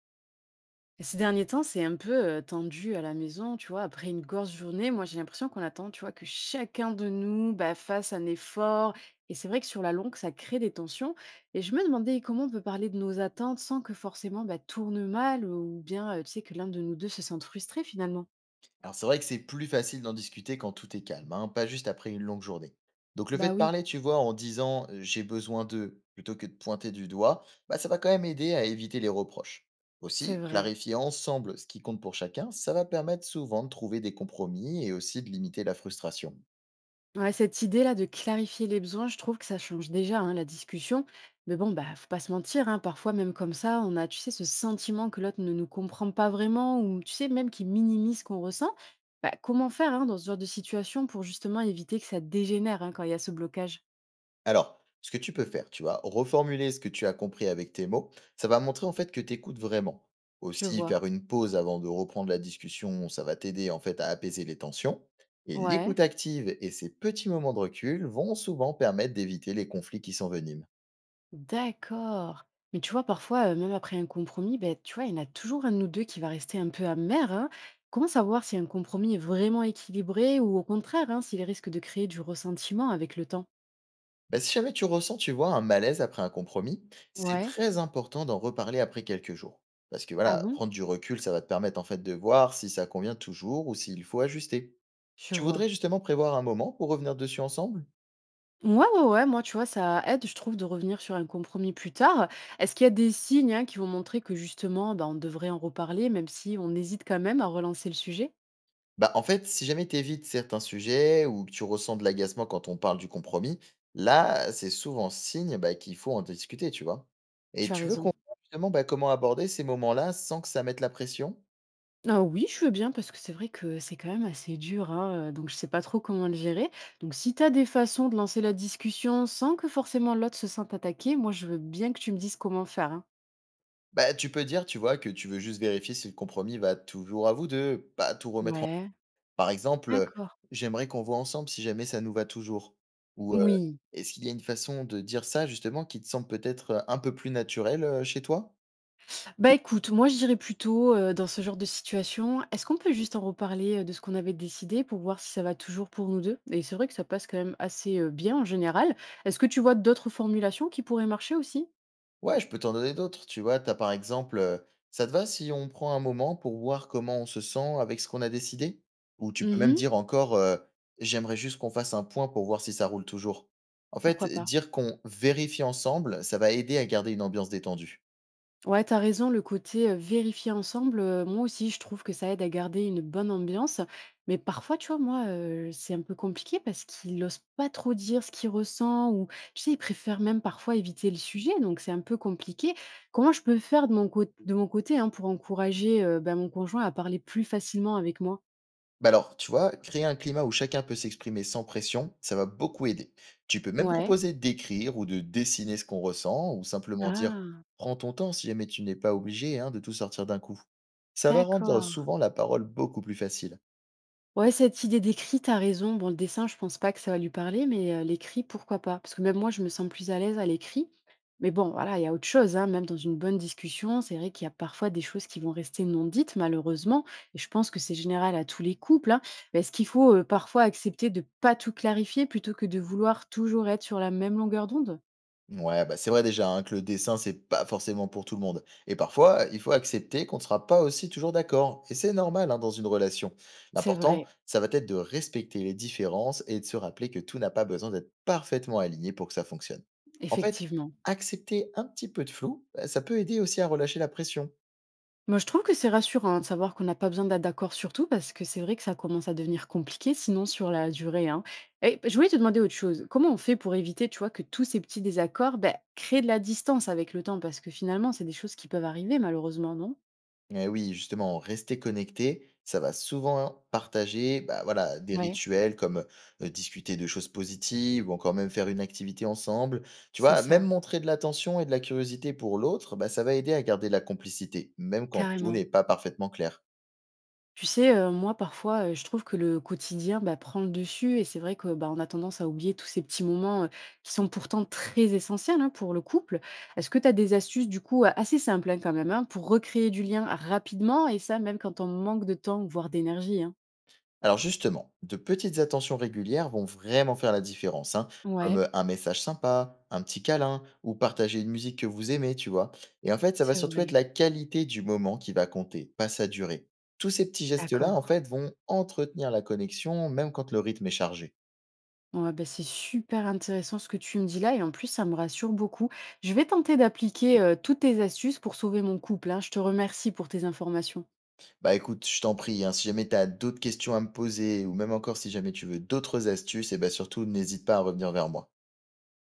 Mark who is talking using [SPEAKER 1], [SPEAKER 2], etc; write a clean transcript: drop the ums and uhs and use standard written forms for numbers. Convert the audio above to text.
[SPEAKER 1] Ces derniers temps, c'est un peu, tendu à la maison, tu vois? Après une grosse journée, moi, j'ai l'impression qu'on attend, tu vois, que chacun de nous, bah, fasse un effort et c'est vrai que sur la longue, ça crée des tensions et je me demandais comment on peut parler de nos attentes sans que forcément, bah, tourne mal ou bien, tu sais, que l'un de nous 2 se sente frustré finalement?
[SPEAKER 2] Alors c'est vrai que c'est plus facile d'en discuter quand tout est calme, hein, pas juste après une longue journée. Donc le fait
[SPEAKER 1] Bah
[SPEAKER 2] de
[SPEAKER 1] oui.
[SPEAKER 2] parler, tu vois, en disant j'ai besoin d'eux plutôt que de pointer du doigt, bah, ça va quand même aider à éviter les reproches.
[SPEAKER 1] C'est
[SPEAKER 2] Aussi,
[SPEAKER 1] vrai.
[SPEAKER 2] clarifier ensemble ce qui compte pour chacun, ça va permettre souvent de trouver des compromis et aussi de limiter la frustration.
[SPEAKER 1] Ouais, cette idée-là de clarifier les besoins, je trouve que ça change déjà hein, la discussion. Mais bon, bah, faut pas se mentir, hein, parfois même comme ça, on a, tu sais, ce sentiment que l'autre ne nous comprend pas vraiment, ou tu sais, même qu'il minimise ce qu'on ressent. Bah, comment faire hein, dans ce genre de situation pour justement éviter que ça dégénère hein, quand il y a ce blocage.
[SPEAKER 2] Alors, ce que tu peux faire, tu vois, reformuler ce que tu as compris avec tes mots, ça va montrer en fait que tu écoutes vraiment.
[SPEAKER 1] Je
[SPEAKER 2] Aussi,
[SPEAKER 1] vois.
[SPEAKER 2] faire une pause avant de reprendre la discussion, ça va t'aider en fait à apaiser les tensions. Et
[SPEAKER 1] Ouais.
[SPEAKER 2] l'écoute active et ces petits moments de recul vont souvent permettre d'éviter les conflits qui s'enveniment.
[SPEAKER 1] D'accord. Mais tu vois, parfois, même après un compromis, ben tu vois, il y en a toujours un de nous 2 qui va rester un peu amer, hein. Comment savoir si un compromis est vraiment équilibré ou au contraire, hein, s'il risque de créer du ressentiment avec le temps?
[SPEAKER 2] Bah, si jamais tu ressens, tu vois, un malaise après un compromis, c'est
[SPEAKER 1] Ouais.
[SPEAKER 2] très important d'en reparler après quelques jours. Parce que
[SPEAKER 1] Ah
[SPEAKER 2] voilà,
[SPEAKER 1] bon?
[SPEAKER 2] prendre du recul, ça va te permettre en fait de voir si ça convient toujours ou s'il faut ajuster.
[SPEAKER 1] Je
[SPEAKER 2] Tu
[SPEAKER 1] vois.
[SPEAKER 2] voudrais justement prévoir un moment pour revenir dessus ensemble.
[SPEAKER 1] Ouais, ouais, ouais, moi, tu vois, ça aide, je trouve, de revenir sur un compromis plus tard. Est-ce qu'il y a des signes, hein, qui vont montrer que justement, ben on devrait en reparler, même si on hésite quand même à relancer le sujet?
[SPEAKER 2] Bah, en fait, si jamais tu évites certains sujets ou que tu ressens de l'agacement quand on parle du compromis, là, c'est souvent signe bah, qu'il faut en discuter, tu vois. Et
[SPEAKER 1] Tu as
[SPEAKER 2] tu veux qu'on
[SPEAKER 1] raison.
[SPEAKER 2] voit justement bah, comment aborder ces moments-là sans que ça mette la pression?
[SPEAKER 1] Ah oui, je veux bien parce que c'est vrai que c'est quand même assez dur, hein, donc je sais pas trop comment le gérer. Donc si tu as des façons de lancer la discussion sans que forcément l'autre se sente attaqué, moi je veux bien que tu me dises comment faire, hein.
[SPEAKER 2] Bah, tu peux dire, tu vois, que tu veux juste vérifier si le compromis va toujours à vous deux, pas tout remettre en...
[SPEAKER 1] Ouais,
[SPEAKER 2] Par exemple,
[SPEAKER 1] d'accord.
[SPEAKER 2] j'aimerais qu'on voit ensemble si jamais ça nous va toujours. Ou
[SPEAKER 1] Oui.
[SPEAKER 2] est-ce qu'il y a une façon de dire ça justement qui te semble peut-être un peu plus naturelle chez toi?
[SPEAKER 1] Bah, écoute, moi je dirais plutôt, dans ce genre de situation: «Est-ce qu'on peut juste en reparler, de ce qu'on avait décidé pour voir si ça va toujours pour nous deux» et c'est vrai que ça passe quand même assez, bien en général. Est-ce que tu vois d'autres formulations qui pourraient marcher aussi?
[SPEAKER 2] Ouais, je peux t'en donner d'autres, tu vois, t'as par exemple, ça te va si on prend un moment pour voir comment on se sent avec ce qu'on a décidé? Ou tu peux même
[SPEAKER 1] Mmh.
[SPEAKER 2] dire encore, «J'aimerais juste qu'on fasse un point pour voir si ça roule toujours». En fait,
[SPEAKER 1] Pourquoi pas?
[SPEAKER 2] dire qu'on vérifie ensemble, ça va aider à garder une ambiance détendue.
[SPEAKER 1] Ouais, t'as raison, le côté vérifier ensemble, moi aussi, je trouve que ça aide à garder une bonne ambiance. Mais parfois, tu vois, moi, c'est un peu compliqué parce qu'il n'ose pas trop dire ce qu'il ressent ou, tu sais, il préfère même parfois éviter le sujet, donc c'est un peu compliqué. Comment je peux faire de mon, de mon côté hein, pour encourager ben, mon conjoint à parler plus facilement avec moi?
[SPEAKER 2] Bah, alors, tu vois, créer un climat où chacun peut s'exprimer sans pression, ça va beaucoup aider. Tu peux même
[SPEAKER 1] Ouais.
[SPEAKER 2] proposer d'écrire ou de dessiner ce qu'on ressent ou simplement dire:
[SPEAKER 1] Ah,
[SPEAKER 2] «Prends ton temps si jamais tu n'es pas obligé, hein, de tout sortir d'un coup». Ça va rendre
[SPEAKER 1] d'accord.
[SPEAKER 2] souvent la parole beaucoup plus facile.
[SPEAKER 1] Ouais, cette idée d'écrit, t'as raison. Bon, le dessin, je pense pas que ça va lui parler, mais l'écrit, pourquoi pas? Parce que même moi, je me sens plus à l'aise à l'écrit. Mais bon, voilà, il y a autre chose, hein. Même dans une bonne discussion, c'est vrai qu'il y a parfois des choses qui vont rester non dites, malheureusement. Et je pense que c'est général à tous les couples, hein. Mais est-ce qu'il faut parfois accepter de pas tout clarifier plutôt que de vouloir toujours être sur la même longueur d'onde?
[SPEAKER 2] Ouais, bah c'est vrai déjà hein, que le dessin, c'est pas forcément pour tout le monde. Et parfois, il faut accepter qu'on ne sera pas aussi toujours d'accord. Et c'est normal hein, dans une relation.
[SPEAKER 1] C'est
[SPEAKER 2] L'important,
[SPEAKER 1] vrai,
[SPEAKER 2] ça va être de respecter les différences et de se rappeler que tout n'a pas besoin d'être parfaitement aligné pour que ça fonctionne. En fait,
[SPEAKER 1] effectivement.
[SPEAKER 2] accepter un petit peu de flou, bah, ça peut aider aussi à relâcher la pression.
[SPEAKER 1] Moi, je trouve que c'est rassurant de savoir qu'on n'a pas besoin d'être d'accord sur tout, parce que c'est vrai que ça commence à devenir compliqué, sinon sur la durée, hein. Et je voulais te demander autre chose. Comment on fait pour éviter, tu vois, que tous ces petits désaccords ben, créent de la distance avec le temps? Parce que finalement, c'est des choses qui peuvent arriver, malheureusement, non?
[SPEAKER 2] Eh oui, justement, rester connecté, ça va souvent hein, partager bah, voilà, des
[SPEAKER 1] Ouais,
[SPEAKER 2] rituels comme discuter de choses positives ou encore même faire une activité ensemble. Tu
[SPEAKER 1] c'est
[SPEAKER 2] vois, même
[SPEAKER 1] ça,
[SPEAKER 2] montrer de l'attention et de la curiosité pour l'autre, bah, ça va aider à garder la complicité, même quand tout
[SPEAKER 1] carrément.
[SPEAKER 2] n'est pas parfaitement clair.
[SPEAKER 1] Tu sais, moi parfois, je trouve que le quotidien, bah, prend le dessus et c'est vrai que, bah, on a tendance à oublier tous ces petits moments, qui sont pourtant très essentiels, hein, pour le couple. Est-ce que tu as des astuces du coup, a assez simples, hein, quand même, hein, pour recréer du lien rapidement et ça même quand on manque de temps, voire d'énergie, hein?
[SPEAKER 2] Alors justement, de petites attentions régulières vont vraiment faire la différence, hein, comme
[SPEAKER 1] Ouais,
[SPEAKER 2] un message sympa, un petit câlin, ou partager une musique que vous aimez, tu vois. Et en fait, ça va
[SPEAKER 1] c'est
[SPEAKER 2] surtout être
[SPEAKER 1] vrai.
[SPEAKER 2] la qualité du moment qui va compter, pas sa durée. Tous ces petits gestes-là,
[SPEAKER 1] D'accord.
[SPEAKER 2] en fait, vont entretenir la connexion, même quand le rythme est chargé.
[SPEAKER 1] Ouais, bah, c'est super intéressant ce que tu me dis là et en plus ça me rassure beaucoup. Je vais tenter d'appliquer, toutes tes astuces pour sauver mon couple, hein. Je te remercie pour tes informations.
[SPEAKER 2] Bah écoute, je t'en prie, hein, si jamais tu as d'autres questions à me poser, ou même encore si jamais tu veux d'autres astuces, et bah surtout, n'hésite pas à revenir vers moi.